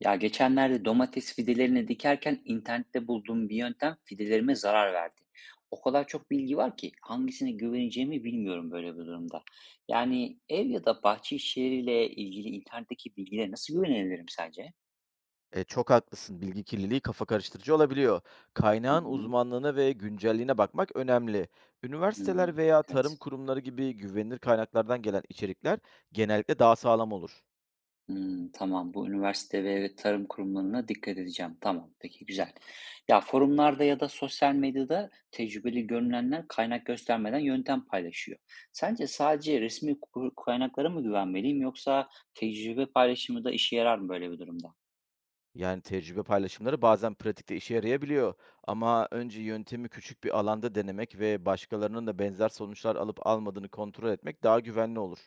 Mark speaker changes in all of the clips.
Speaker 1: Ya geçenlerde domates fidelerini dikerken internette bulduğum bir yöntem fidelerime zarar verdi. O kadar çok bilgi var ki hangisine güveneceğimi bilmiyorum böyle bir durumda. Yani ev ya da bahçe işleriyle ilgili internetteki bilgilere nasıl güvenebilirim sence?
Speaker 2: E, çok haklısın. Bilgi kirliliği kafa karıştırıcı olabiliyor.
Speaker 1: Hı
Speaker 2: Kaynağın
Speaker 1: hı.
Speaker 2: uzmanlığına ve güncelliğine bakmak önemli.
Speaker 1: Hmm,
Speaker 2: Üniversiteler veya
Speaker 1: evet.
Speaker 2: tarım kurumları gibi güvenilir kaynaklardan gelen içerikler genellikle daha sağlam olur.
Speaker 1: Hımm, tamam. Bu üniversite ve tarım kurumlarına dikkat edeceğim. Tamam, peki, güzel. Ya, forumlarda ya da sosyal medyada tecrübeli görünenler kaynak göstermeden yöntem paylaşıyor. Sence sadece resmi kaynaklara mı güvenmeliyim yoksa tecrübe paylaşımı da işe yarar mı böyle bir durumda?
Speaker 2: Yani tecrübe paylaşımları bazen pratikte işe yarayabiliyor. Ama önce yöntemi küçük bir alanda denemek ve başkalarının da benzer sonuçlar alıp almadığını kontrol etmek daha güvenli olur.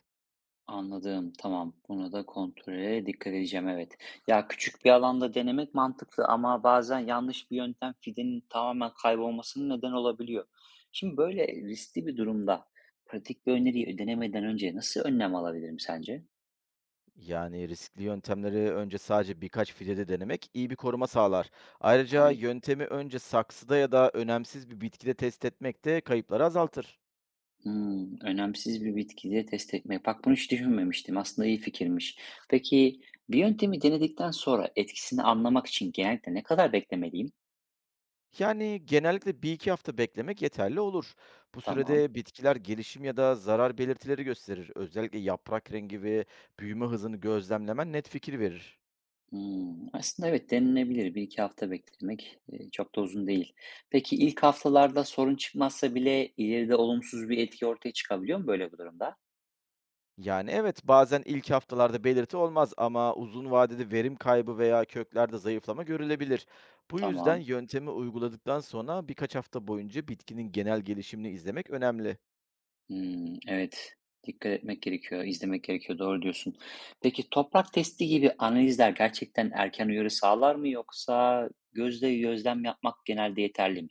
Speaker 1: Anladım, tamam. Buna da kontrole dikkat edeceğim, evet. Ya, küçük bir alanda denemek mantıklı ama bazen yanlış bir yöntem fidenin tamamen kaybolmasının neden olabiliyor. Şimdi böyle riskli bir durumda pratik bir öneriyi denemeden önce nasıl önlem alabilirim sence?
Speaker 2: Yani riskli yöntemleri önce sadece birkaç fidede denemek iyi bir koruma sağlar. Ayrıca
Speaker 1: Tabii.
Speaker 2: yöntemi önce saksıda ya da önemsiz bir bitkide test etmek de kayıpları azaltır.
Speaker 1: Hmm, önemsiz bir bitkiyi test etmek. Bak bunu hiç düşünmemiştim. Aslında iyi fikirmiş. Peki bir yöntemi denedikten sonra etkisini anlamak için genellikle ne kadar beklemeliyim?
Speaker 2: Yani genellikle bir iki hafta beklemek yeterli olur. Bu
Speaker 1: Tamam.
Speaker 2: sürede bitkiler gelişim ya da zarar belirtileri gösterir. Özellikle yaprak rengi ve büyüme hızını gözlemlemen net fikir verir.
Speaker 1: Hımm. Aslında evet, denenebilir. Bir iki hafta beklemek, çok da uzun değil. Peki ilk haftalarda sorun çıkmazsa bile ileride olumsuz bir etki ortaya çıkabiliyor mu böyle bir durumda?
Speaker 2: Yani, evet, bazen ilk haftalarda belirti olmaz ama uzun vadede verim kaybı veya köklerde zayıflama görülebilir. Bu yüzden
Speaker 1: Tamam.
Speaker 2: yöntemi uyguladıktan sonra birkaç hafta boyunca bitkinin genel gelişimini izlemek önemli.
Speaker 1: Hımm, evet. Dikkat etmek gerekiyor, izlemek gerekiyor. Doğru diyorsun. Peki toprak testi gibi analizler gerçekten erken uyarı sağlar mı yoksa gözle gözlem yapmak genelde yeterli mi?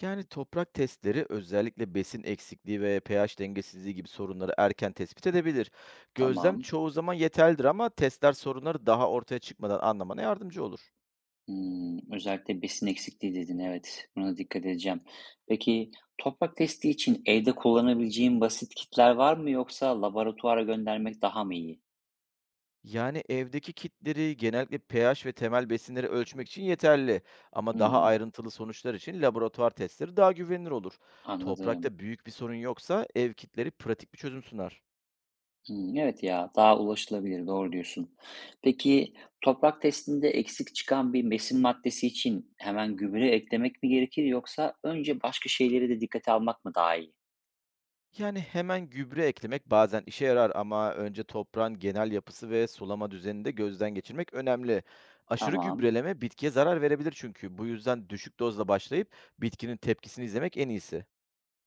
Speaker 2: Yani toprak testleri özellikle besin eksikliği ve pH dengesizliği gibi sorunları erken tespit edebilir. Gözlem
Speaker 1: Tamam.
Speaker 2: çoğu zaman yeterlidir ama testler sorunları daha ortaya çıkmadan anlamana yardımcı olur.
Speaker 1: Hımm, özellikle besin eksikliği dedin, evet. Buna dikkat edeceğim. Peki, toprak testi için evde kullanabileceğim basit kitler var mı yoksa laboratuvara göndermek daha mı iyi?
Speaker 2: Yani evdeki kitleri genellikle pH ve temel besinleri ölçmek için yeterli, ama daha
Speaker 1: Hımm,
Speaker 2: ayrıntılı sonuçlar için laboratuvar testleri daha güvenilir olur.
Speaker 1: anladım.
Speaker 2: Toprakta büyük bir sorun yoksa ev kitleri pratik bir çözüm sunar.
Speaker 1: Hımm, evet ya, daha ulaşılabilir, doğru diyorsun. Peki, toprak testinde eksik çıkan bir besin maddesi için hemen gübre eklemek mi gerekir yoksa önce başka şeyleri de dikkate almak mı daha iyi?
Speaker 2: Yani hemen gübre eklemek bazen işe yarar, ama önce toprağın genel yapısı ve sulama düzenini de gözden geçirmek önemli. Aşırı
Speaker 1: Tamam.
Speaker 2: gübreleme bitkiye zarar verebilir çünkü. Bu yüzden düşük dozla başlayıp bitkinin tepkisini izlemek en iyisi.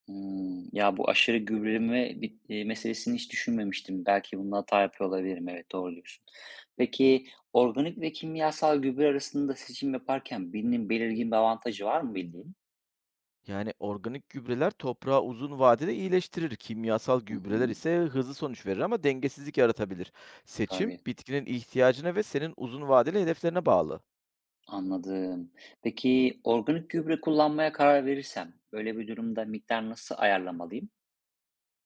Speaker 1: Hımm. Ya, bu aşırı gübreleme bit meselesini hiç düşünmemiştim. Belki bunda hata yapıyor olabilirim. Evet, doğru diyorsun. Peki, organik ve kimyasal gübre arasında seçim yaparken birinin belirgin bir avantajı var mı bildiğin?
Speaker 2: Yani organik gübreler toprağı uzun vadede iyileştirir. Kimyasal
Speaker 1: Hı
Speaker 2: gübreler
Speaker 1: hı.
Speaker 2: ise hızlı sonuç verir ama dengesizlik yaratabilir. Seçim
Speaker 1: Tabii,
Speaker 2: bitkinin ihtiyacına ve senin uzun vadeli hedeflerine bağlı.
Speaker 1: anladım. Peki, organik gübre kullanmaya karar verirsem, böyle bir durumda miktar nasıl ayarlamalıyım?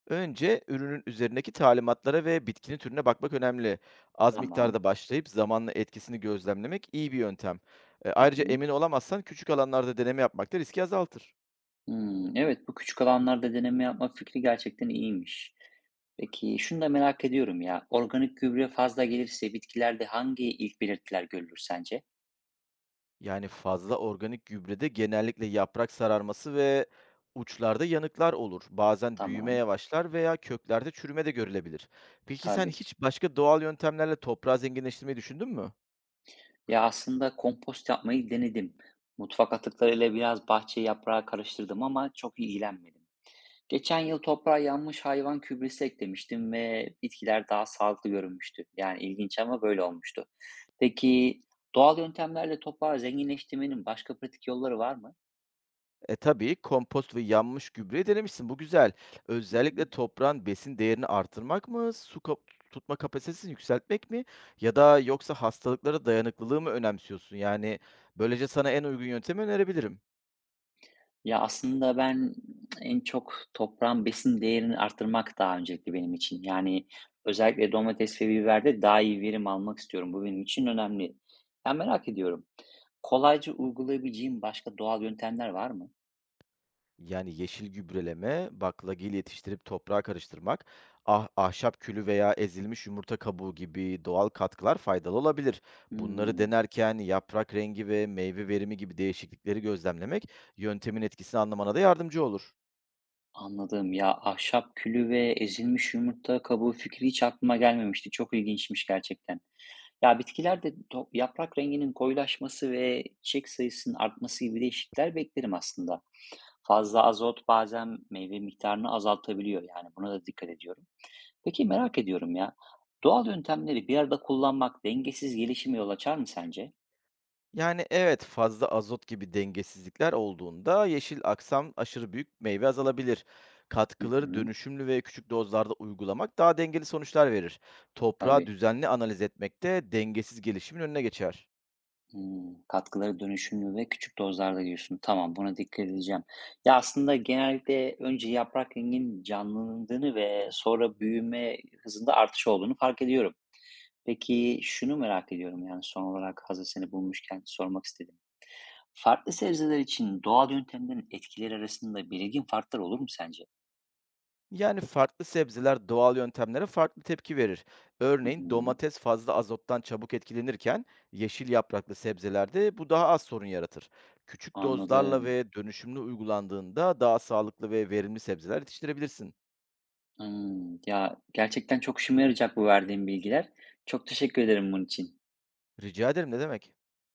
Speaker 2: Önce ürünün üzerindeki talimatlara ve bitkinin türüne bakmak önemli. Az
Speaker 1: Tamam.
Speaker 2: miktarda başlayıp zamanla etkisini gözlemlemek iyi bir yöntem. E,
Speaker 1: Hı
Speaker 2: ayrıca
Speaker 1: hı.
Speaker 2: emin olamazsan küçük alanlarda deneme yapmak da riski azaltır.
Speaker 1: Hımm, evet, bu küçük alanlarda deneme yapmak fikri gerçekten iyiymiş. Peki, şunu da merak ediyorum ya, organik gübre fazla gelirse bitkilerde hangi ilk belirtiler görülür sence?
Speaker 2: Yani fazla organik gübrede genellikle yaprak sararması ve uçlarda yanıklar olur. Bazen büyüme
Speaker 1: Tamam,
Speaker 2: yavaşlar veya köklerde çürüme de görülebilir. Peki sen
Speaker 1: tabii.
Speaker 2: hiç başka doğal yöntemlerle toprağı zenginleştirmeyi düşündün mü?
Speaker 1: Ya aslında kompost yapmayı denedim. Mutfak atıklarıyla biraz bahçe yaprağı karıştırdım ama çok ilgilenmedim. Geçen yıl toprağa yanmış hayvan gübresi eklemiştim ve bitkiler daha sağlıklı görünmüştü. Yani ilginç ama böyle olmuştu. Peki, doğal yöntemlerle toprağı zenginleştirmenin başka pratik yolları var mı?
Speaker 2: E, tabii, kompost ve yanmış gübreyi denemişsin. Bu güzel.
Speaker 1: Hı
Speaker 2: Özellikle
Speaker 1: hı.
Speaker 2: toprağın besin değerini artırmak mı, tutma kapasitesini yükseltmek mi, ya da yoksa hastalıklara dayanıklılığı mı önemsiyorsun? Yani böylece sana en uygun yöntemi önerebilirim.
Speaker 1: Ya, aslında ben en çok toprağın besin değerini arttırmak daha öncelikli benim için. Yani, özellikle domates ve biberde daha iyi verim almak istiyorum. Bu benim için önemli. Ben merak ediyorum, kolayca uygulayabileceğim başka doğal yöntemler var mı?
Speaker 2: Yani yeşil gübreleme, baklagil yetiştirip toprağa karıştırmak, ahşap külü veya ezilmiş yumurta kabuğu gibi doğal katkılar faydalı olabilir. Bunları
Speaker 1: Hımm,
Speaker 2: denerken yaprak rengi ve meyve verimi gibi değişiklikleri gözlemlemek yöntemin etkisini anlamana da yardımcı olur.
Speaker 1: anladım. Ya, ahşap külü ve ezilmiş yumurta kabuğu fikri hiç aklıma gelmemişti. Çok ilginçmiş gerçekten. Ya, bitkilerde yaprak renginin koyulaşması ve çiçek sayısının artması gibi değişiklikler beklerim aslında. Fazla azot bazen meyve miktarını azaltabiliyor yani buna da dikkat ediyorum. Peki merak ediyorum ya, doğal yöntemleri bir arada kullanmak dengesiz gelişime yol açar mı sence?
Speaker 2: Yani evet, fazla azot gibi dengesizlikler olduğunda yeşil aksam aşırı büyük meyve azalabilir.
Speaker 1: Hı
Speaker 2: Katkıları
Speaker 1: hı,
Speaker 2: dönüşümlü ve küçük dozlarda uygulamak daha dengeli sonuçlar verir. Toprağı
Speaker 1: tabii.
Speaker 2: düzenli analiz etmek de dengesiz gelişimin önüne geçer.
Speaker 1: Hmm, katkıları dönüşümlü ve küçük dozlarda diyorsun. Tamam, buna dikkat edeceğim. Ya aslında genellikle önce yaprak renginin canlandığını ve sonra büyüme hızında artış olduğunu fark ediyorum. Peki şunu merak ediyorum yani son olarak hazır seni bulmuşken sormak istedim. Farklı sebzeler için doğal yöntemlerin etkileri arasında belirgin farklar olur mu sence?
Speaker 2: Yani farklı sebzeler doğal yöntemlere farklı tepki verir.
Speaker 1: Hı
Speaker 2: Örneğin
Speaker 1: hı,
Speaker 2: domates fazla azottan çabuk etkilenirken yeşil yapraklı sebzelerde bu daha az sorun yaratır. Küçük dozlarla
Speaker 1: anladım.
Speaker 2: ve dönüşümlü uygulandığında daha sağlıklı ve verimli sebzeler yetiştirebilirsin.
Speaker 1: Hmm, ya gerçekten çok işime yarayacak bu verdiğin bilgiler. Çok teşekkür ederim bunun için.
Speaker 2: Rica ederim, ne demek?